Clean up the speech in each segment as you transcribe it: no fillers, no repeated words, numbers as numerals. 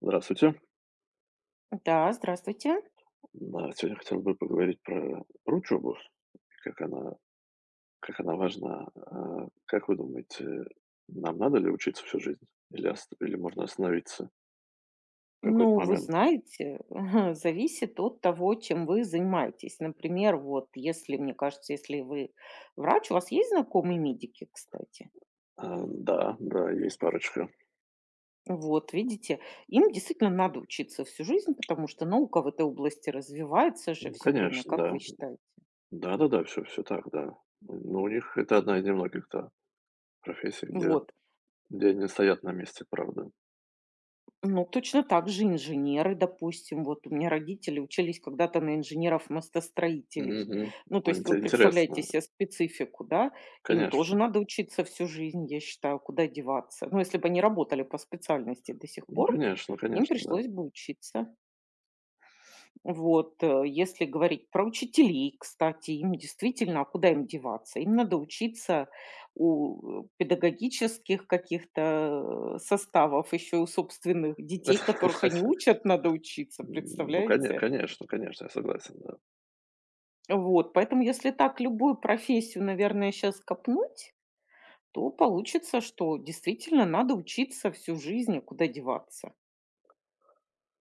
Здравствуйте. Да, здравствуйте. Да, сегодня хотел бы поговорить про учебу, как она, как она важна. Как вы думаете, нам надо ли учиться всю жизнь? Или можно остановиться в какой-то Ну, вы момент? знаете, зависит от того, чем вы занимаетесь. Например, вот если, мне кажется, если вы врач, у вас есть знакомые медики, кстати? Да, да, есть парочка. Вот, видите, им действительно надо учиться всю жизнь, потому что наука в этой области развивается же Ну, все время, конечно, как вы да. считаете? Да-да-да, все так, да. Но у них это одна из немногих, да, профессий, где, Вот. где они стоят на месте, правда. Ну, точно так же инженеры, допустим. Вот у меня родители учились когда-то на инженеров-мостостроителей. Мгм. Ну, то Ой, есть вы представляете интересно, себе специфику, да? Им тоже конечно. надо учиться всю жизнь, я считаю, куда деваться. Ну, если бы они работали по специальности до сих Ну, пор, конечно, им конечно, пришлось бы учиться. Вот, если говорить про учителей, кстати, им действительно, а куда им деваться? Им надо учиться у педагогических каких-то составов, еще у собственных да. детей, которых они учат, надо учиться, Ну, коне представляете? конечно конечно, я согласен, да. Вот, поэтому если так любую профессию, наверное, сейчас копнуть, то получится, что действительно надо учиться всю жизнь, а куда деваться,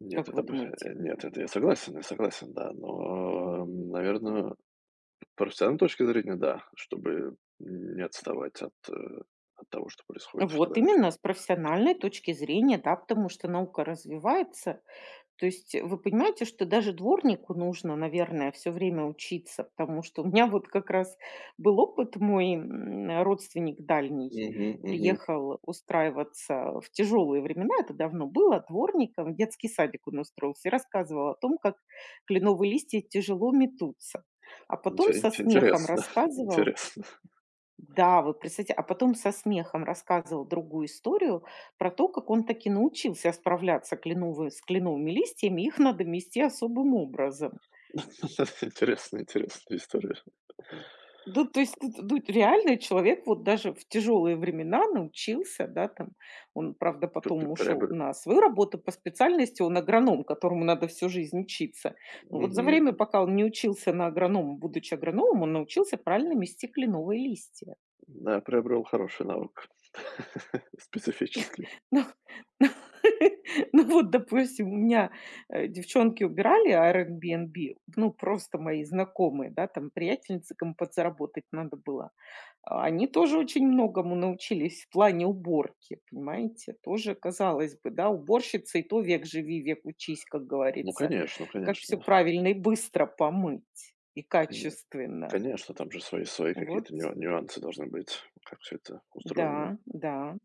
Нет, как вы думаете? Нет, это я согласен, да. Но, наверное, наверно, с профессиональной точки зрения, да, чтобы не отставать от того, что происходит в Вот твоих. именно с профессиональной точки зрения, да, потому что наука развивается. То есть вы понимаете, что даже дворнику нужно, наверное, все время учиться, потому что у меня вот как раз был опыт. Мой, родственник дальний Мгм, мгм. приехал устраиваться в тяжелые времена, это давно было, дворником в детский садик он устроился и рассказывал о том, как кленовые листья тяжело метутся. А потом со смехом Интересно, рассказывал. интересно. Да, вот представьте, а потом со смехом рассказывал другую историю про то, как он таки научился справляться с кленовыми листьями, их надо мести особым образом. Интересно, интересная история. Да, то есть тут реально человек вот даже в тяжелые времена научился, да, там, он, правда, П п потом ушел приобр на свою работу по специальности, он агроном, которому надо всю жизнь учиться. Но вот за Мгм. время, пока он не учился на агронома, будучи агрономом, он научился правильно мести кленовые листья. Да, приобрел хороший навык. Специфический. Ну, ну вот, допустим, у меня, девчонки убирали Airbnb, ну, просто мои знакомые, да, там приятельницам подзаработать надо было. А они тоже очень многому научились в плане уборки, понимаете? Тоже, казалось бы, да, уборщица и то век живи, век учись, как Ну, говорится. конечно, Как все конечно. правильно и быстро помыть, и качественно. Конечно, там же свои Вот, какие-то нюансы должны быть, как все это устроено. да, да.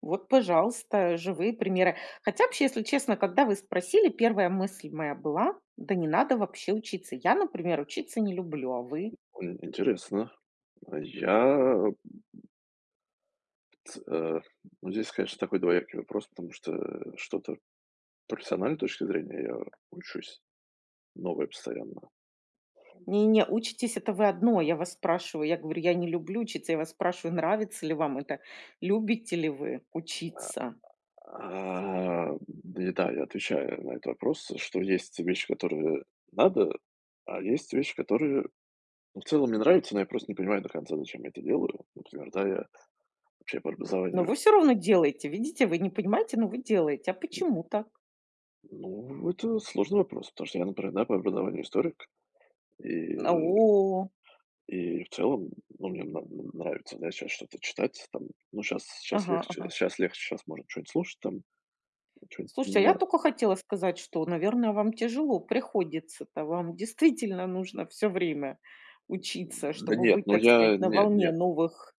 Вот, пожалуйста, живые примеры. Хотя вообще, если честно, когда вы спросили, первая мысль моя была: «Да не надо вообще учиться». Я, например, учиться не люблю, а вы? Ин Интересно. А я вот, э, ну, здесь, конечно, такой двоякий вопрос, потому что что-то профессиональной точки зрения я учусь, новое постоянно. «Не-не, учитесь — это вы одно». Я вас спрашиваю, я говорю: «Я не люблю учиться». Я вас спрашиваю: «Нравится ли вам это? Любите ли вы учиться?» И да, я отвечаю на этот вопрос, что есть вещи, которые надо, а есть вещи, которые, ну, в целом мне нравятся, но я просто не понимаю до конца, зачем я это делаю. Например, да, я вообще по Но образованию. вы все равно делаете. Видите, вы не понимаете, но вы делаете. А почему так? Ну, это сложный вопрос, потому что я, например, да, по образованию историк, А, и, о, и в целом, ну, мне нравится, да, сейчас что-то читать, там, ну, сейчас ага, легче, ага. сейчас легче, сейчас можно что-нибудь слушать, там, что-нибудь Слушайте, а я на-. только хотела сказать, что, наверное, вам тяжело приходится-то. Вам действительно нужно все время учиться, Да чтобы нет, быть, ну, так сказать, я, на нет, волне нет, новых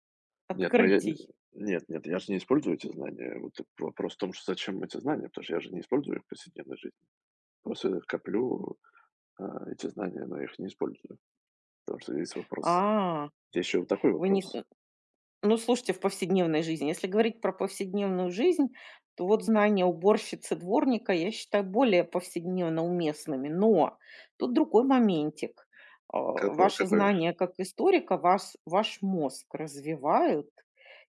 нет, ну, я, открытий. нет, нет, я же не использую эти знания, вот и вопрос в том, что зачем эти знания, потому что я же не использую их в повседневной жизни, просто я коплю, эти знания, но я их не использую, потому что здесь вопрос, А, здесь еще вот такой вы не с вопрос, э, ну, слушайте, в повседневной жизни. Если говорить про повседневную жизнь, то вот знания уборщицы, дворника, я считаю, более повседневно уместными. Но тут другой моментик. А, какой, ваши какой знания как историка, вас, ваш мозг развивают,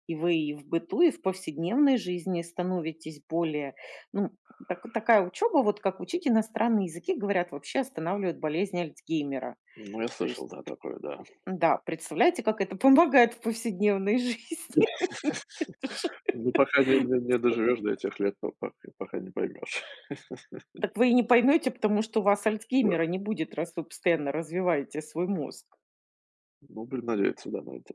и вы и в быту, и в повседневной жизни становитесь более... Ну, такая учеба, вот как учить иностранные языки, говорят, вообще останавливает болезнь Альцгеймера. Ну, я То есть, слышал, да, такое, да. да, представляете, как это помогает в повседневной жизни? Ну, пока не доживешь до этих лет, то пока не поймешь. Так вы и не поймете, потому что у вас Э, Альцгеймера не будет, раз вы постоянно развиваете свой мозг. ну, будем надеяться, да, на это.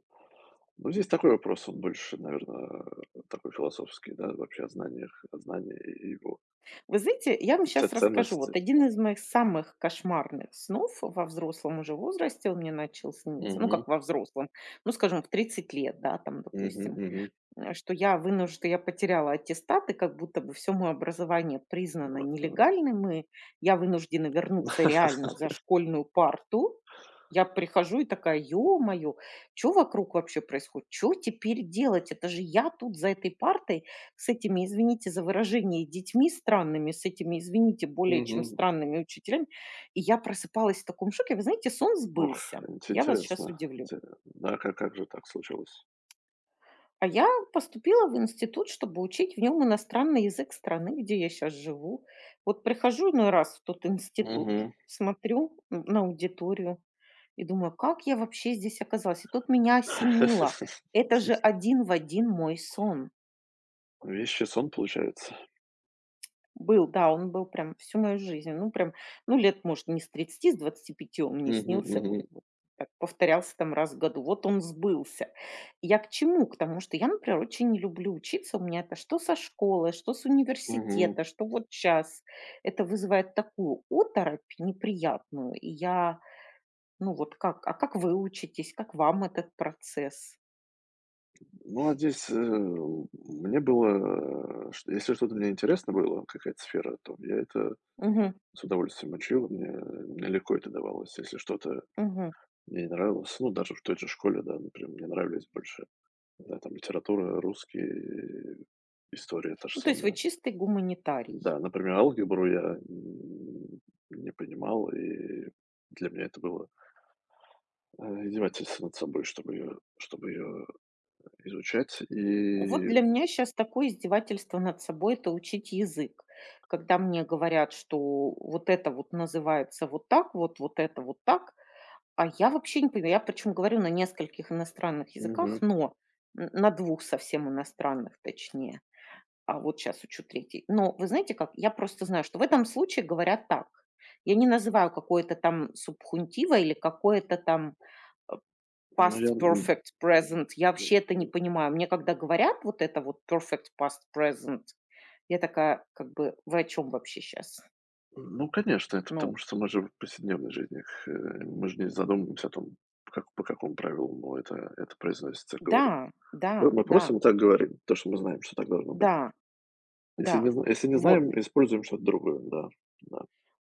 Ну, здесь такой вопрос, он больше, наверное, такой философский, да, вообще о знаниях, о знании и его Вы знаете, я вам ц сейчас расскажу. ценности. Вот один из моих самых кошмарных снов во взрослом уже возрасте, он мне начал сниться, ну Угу, как во взрослом, ну скажем, в 30 лет, да, там, угу, допустим. мгм. Что я вынуждена, что я потеряла аттестат, и как будто бы все моё образование признано нелегальным, и я вынуждена вернуться реально за школьную парту. Я прихожу и такая: «Ё-моё, чё вокруг вообще происходит? Чё теперь делать? Это же я тут за этой партой с этими, извините за выражение, детьми странными, с этими, извините, более чем Мгм. странными учителями». И я просыпалась в таком шоке. Вы знаете, сон Ох, сбылся. Я вас сейчас интересно. удивлю. Инте Да, как же так случилось? А я поступила в институт, чтобы учить в нем иностранный язык страны, где я сейчас живу. Вот прихожу иной раз в тот институт, Угу. смотрю на аудиторию и думаю, как я вообще здесь оказалась? И тут меня осенило. Это же один в один мой сон. Вещий сон, получается. Был, да, он был прям всю мою жизнь. Ну, прям, ну, лет, может, не с 30, с 25 он мне Угу, снился, вот, угу, вот так повторялся там раз в году. Вот он сбылся. Я к чему? К тому, что я, например, очень не люблю учиться. У меня это что со школы, что с мгм. университета, что вот сейчас. Это вызывает такую оторопь неприятную. И я, ну вот как, а как вы учитесь, как вам этот процесс? Ну, а здесь, мне было, что если что-то мне интересно было, какая-то сфера, то я это Мгм, с удовольствием учил, мне легко это давалось. Если что-то мгм. мне не нравилось, ну, даже в той же школе, да, например, мне нравились больше, да, там литература, русский, история та же Ну, то есть вы самая. чистый гуманитарий. Да, например, алгебру я, м, не понимал, и для меня это было, издевательство над собой, чтобы ее изучать. Вот И для меня сейчас такое издевательство над собой — это учить язык. Когда мне говорят, что вот это вот называется вот так вот, вот это вот так, а я вообще не понимаю. Я причем говорю на нескольких иностранных языках, мгм. но н на двух совсем иностранных, точнее. А вот сейчас учу третий. Но вы знаете как, я просто знаю, что в этом случае говорят так. Я не называю какое-то там субхунтиво или какое-то там, Ну, Past я, м, м, perfect present. Я м, вообще это не понимаю. Мне когда говорят вот это вот perfect past present, я такая, как бы, вы о чём вообще сейчас? ну, конечно, это Ну потому что мы же в повседневной жизни их, мы же не задумываемся о том, как, по какому правилу мы это произносится, говорит. да, да, Ну, мы да, просто вот так говорим, то, что мы знаем, что так должно быть. да, да. Если не Вот. знаем, используем что-то другое, да. Да.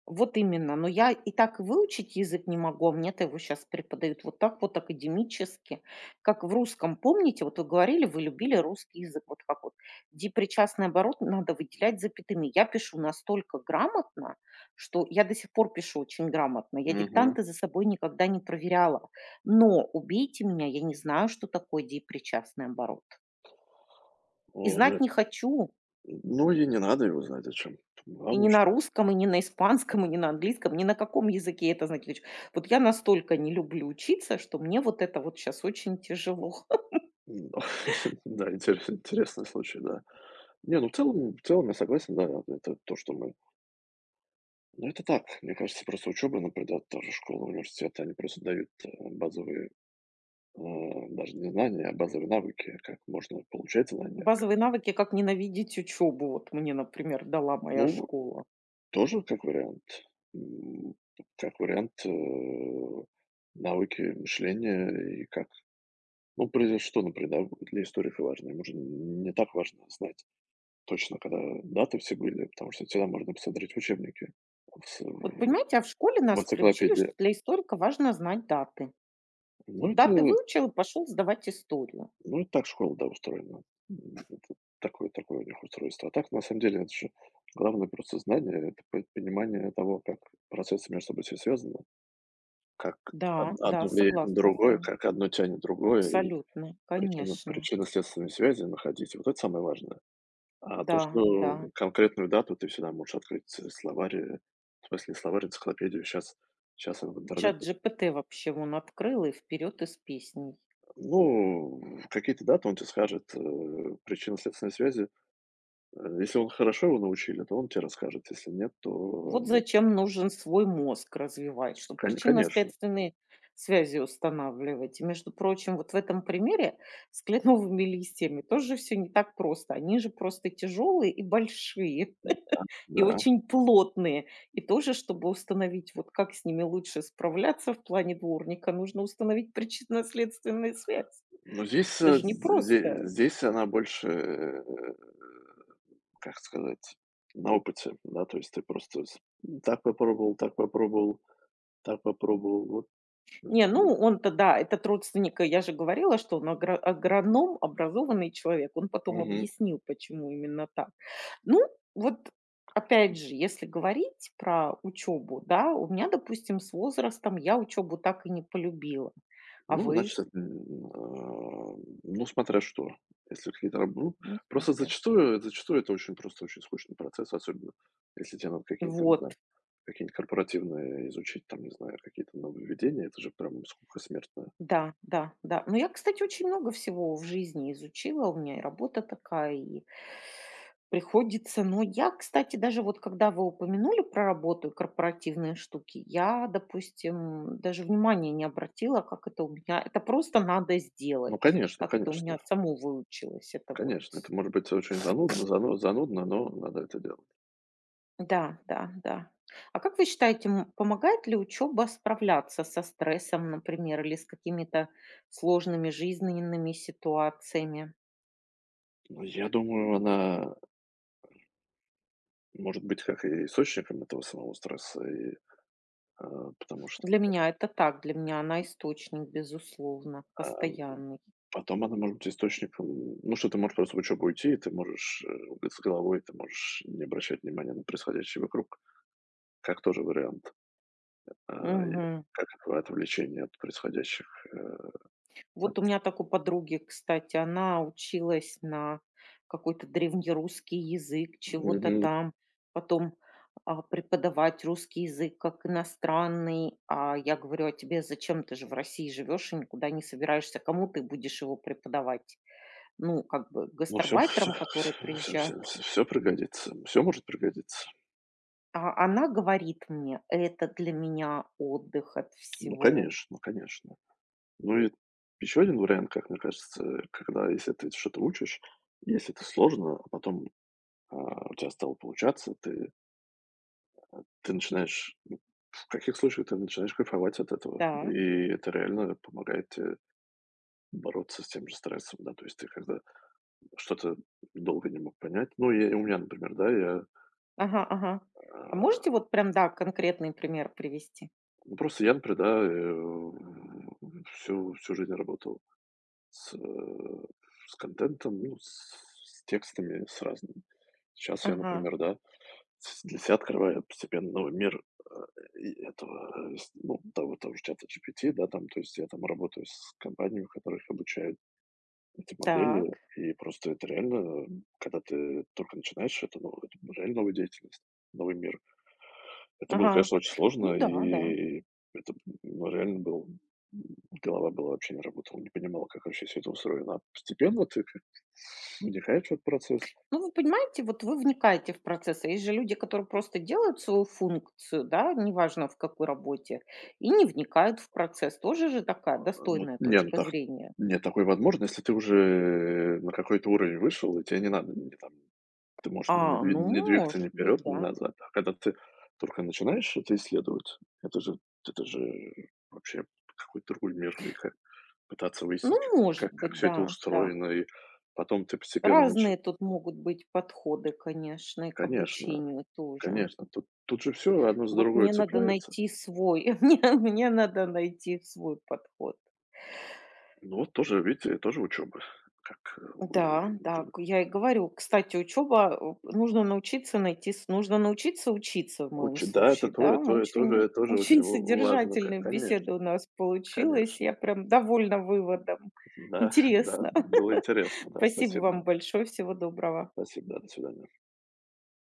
Вот именно. Но я и так выучить язык не могу, а мне-то его сейчас преподают вот так вот академически, как в русском. Помните, вот вы говорили, вы любили русский язык, вот как вот депричастный оборот надо выделять запятыми. Я пишу настолько грамотно, что я до сих пор пишу очень грамотно. Я Мгм. диктанты за собой никогда не проверяла. Но убейте меня, я не знаю, что такое депричастный оборот. И О, ну, знать не хочу. ну и не надо его знать зачем. И не Главное, на что. русском, и не на испанском, и не на английском, ни на каком языке это знаки отлич. Вот я настолько не люблю учиться, что мне вот это вот сейчас очень тяжело. Да, интересный случай, да. Не, ну в целом я согласен, да, это то, что мы. Ну, это так. Мне кажется, просто учеба, например, да, та школа, университет, они просто дают базовые, э, даже не знания, а базовые навыки, как можно получать знания. Базовые навыки, как ненавидеть учебу, вот мне, например, дала моя Ну, школа. тоже как вариант. М, Как вариант навыки мышления и как. Ну, прежде что, например, да, для историка важно. Ему же не так важно знать точно, когда даты все были, потому что всегда можно посмотреть в учебнике, в, с- Вот понимаете, а в школе в нас приучили, что энциклопедии. для историка важно знать даты. Ну, Вот даты это. выучил и пошел сдавать историю. Ну, это так школа, да, устроена. Это такое у них устройство. А так, на самом деле, это же главное просто знание, это по понимание того, как процессы между собой все связаны, как од Да, да, одно влияет на согласна с другое, вами. как одно тянет другое, и Абсолютно, причину конечно. причинно-следственные связи находить. Вот это самое важное. А Да, то, что да. конкретную дату ты всегда можешь открыть словарь, в смысле, словарь, энциклопедию. Сейчас в Чат интернете, ChatGPT вообще он открыл и вперед из песни. ну, какие-то даты он тебе скажет, причинно-следственные связи. Если он хорошо его научили, то он тебе расскажет, если нет, то Вот нет. зачем нужен свой мозг развивать, чтобы Конечно, причинно-следственные связи устанавливать. И, между прочим, вот в этом примере с кленовыми листьями тоже все не так просто. Они же просто тяжелые и большие, и да. очень плотные. И тоже, чтобы установить, вот как с ними лучше справляться в плане дворника, нужно установить причинно-следственную связь. Но здесь, Это же не просто. здесь она больше, как сказать, на опыте, да. То есть ты просто с так попробовал, так попробовал, так попробовал, вот. Не, ну он-то да, этот родственник, э, я же говорила, что он агроном, образованный человек. Он потом Мгм. объяснил, почему именно так. Ну, вот опять же, если говорить про учебу, да, у меня, допустим, с возрастом я учебу так и не полюбила. А Ну, вы? значит, это, ну, смотря что. Если какие-то раб Ну, Ну, просто смотря что. зачастую это очень просто очень скучный процесс, особенно если те надо какие-нибудь там, не знаю, Вот. какие-нибудь корпоративные изучить, там, не знаю, какие-то нововведения. Это же прям скука смертная. Да, да, да. Но я, кстати, очень много всего в жизни изучила. У меня и работа такая, и приходится. Но я, кстати, даже вот когда вы упомянули про работу и корпоративные штуки, я, допустим, даже внимания не обратила, как это у меня. Это просто надо сделать. Ну, конечно, Как это у меня конечно, само выучилось. Это вот. конечно. Это может быть очень занудно, но надо это делать. Да, да, да. А как вы считаете, помогает ли учеба справляться со стрессом, например, или с какими-то сложными жизненными ситуациями? Но я думаю, она может быть как и источником этого самого стресса, потому что. Для меня это так, для меня она источник, безусловно, постоянный. Потом она может быть источником, ну, что ты можешь просто в учебу уйти, и ты можешь, быть с головой, ты можешь не обращать внимания на происходящее вокруг, как тоже вариант. И Мгм. как какое отвлечение от происходящих, э, от. Вот у меня так у подруги, кстати, она училась на какой-то древнерусский язык, чего-то Мгм. там, потом а, преподавать русский язык как иностранный. А я говорю, а тебе зачем, ты же в России живешь и никуда не собираешься, кому ты будешь его преподавать? Ну, как бы Ну, все, все, гастарбайтерам, которые все, приезжают. все, все пригодится, все может пригодиться. А она говорит мне, это для меня отдых от Ну, всего. конечно, конечно. Ну и еще один вариант, как мне кажется, когда если ты что-то учишь, если это сложно, а потом, у тебя стало получаться, ты. Ты начинаешь Ну, в каких случаях ты начинаешь кайфовать от этого. Так. И это реально помогает тебе бороться с тем же стрессом, да. То есть ты когда что-то долго не мог понять. Ну, я у меня, например, да, Ага, ага. А можете а, вот прям, да, конкретный пример привести? ну, просто я, например, да, всю жизнь работал с, э, с контентом, ну, с текстами, с разными. Сейчас я, Ага. например, да, с для себя открывая постепенно новый мир, а, и этого, э, с ну, того же чата GPT, да, там. То есть я там работаю с компаниями, которых обучают эти модели, Так. и просто это реально, когда ты только начинаешь, ну, это реально новая деятельность, новый мир. Это было, Ага. конечно, очень Ну сложно, да, да. и это, ну, реально был голова была вообще не работала, не понимала, как вообще все это устроено. А постепенно ты как вникаешь в этот процесс. Ну, вы понимаете, вот вы вникаете в процесс, а есть же люди, которые просто делают свою функцию, да, неважно в какой работе, и не вникают в процесс. Тоже же такая Ну достойная не, ну точка так зрения. нет такой возможности. Если ты уже на какой-то уровень вышел, и тебе не надо не там, ты можешь А, ну, не двигаться может ни быть, вперед, ни да. назад. А когда ты только начинаешь это исследовать, это же это же вообще какой-то другой мир, и как пытаться выяснить, как Ну, может как как быть, всё это да, да. устроено, и потом ты постепенно начинаешь. Разные тут могут быть подходы, конечно, и к Конечно, обучению тоже. конечно, тут же все одно за Вот другое мне надо цепляется. найти свой, мне надо найти свой подход. Ну вот тоже, видите, тоже учеба. Как, э, Да, да, к я и говорю. Кстати, учеба, э, нужно научиться учиться в моем Куча, да, это случае, да. тоже тоже Очень тоже тоже очень очень в важно, к содержательная конечно, беседа у нас получилась. конечно. Я прям довольна выводом. Да, да, Интересно. было интересно, да, Спасибо спасибо. вам большое. Всего доброго. Спасибо, да, до свидания.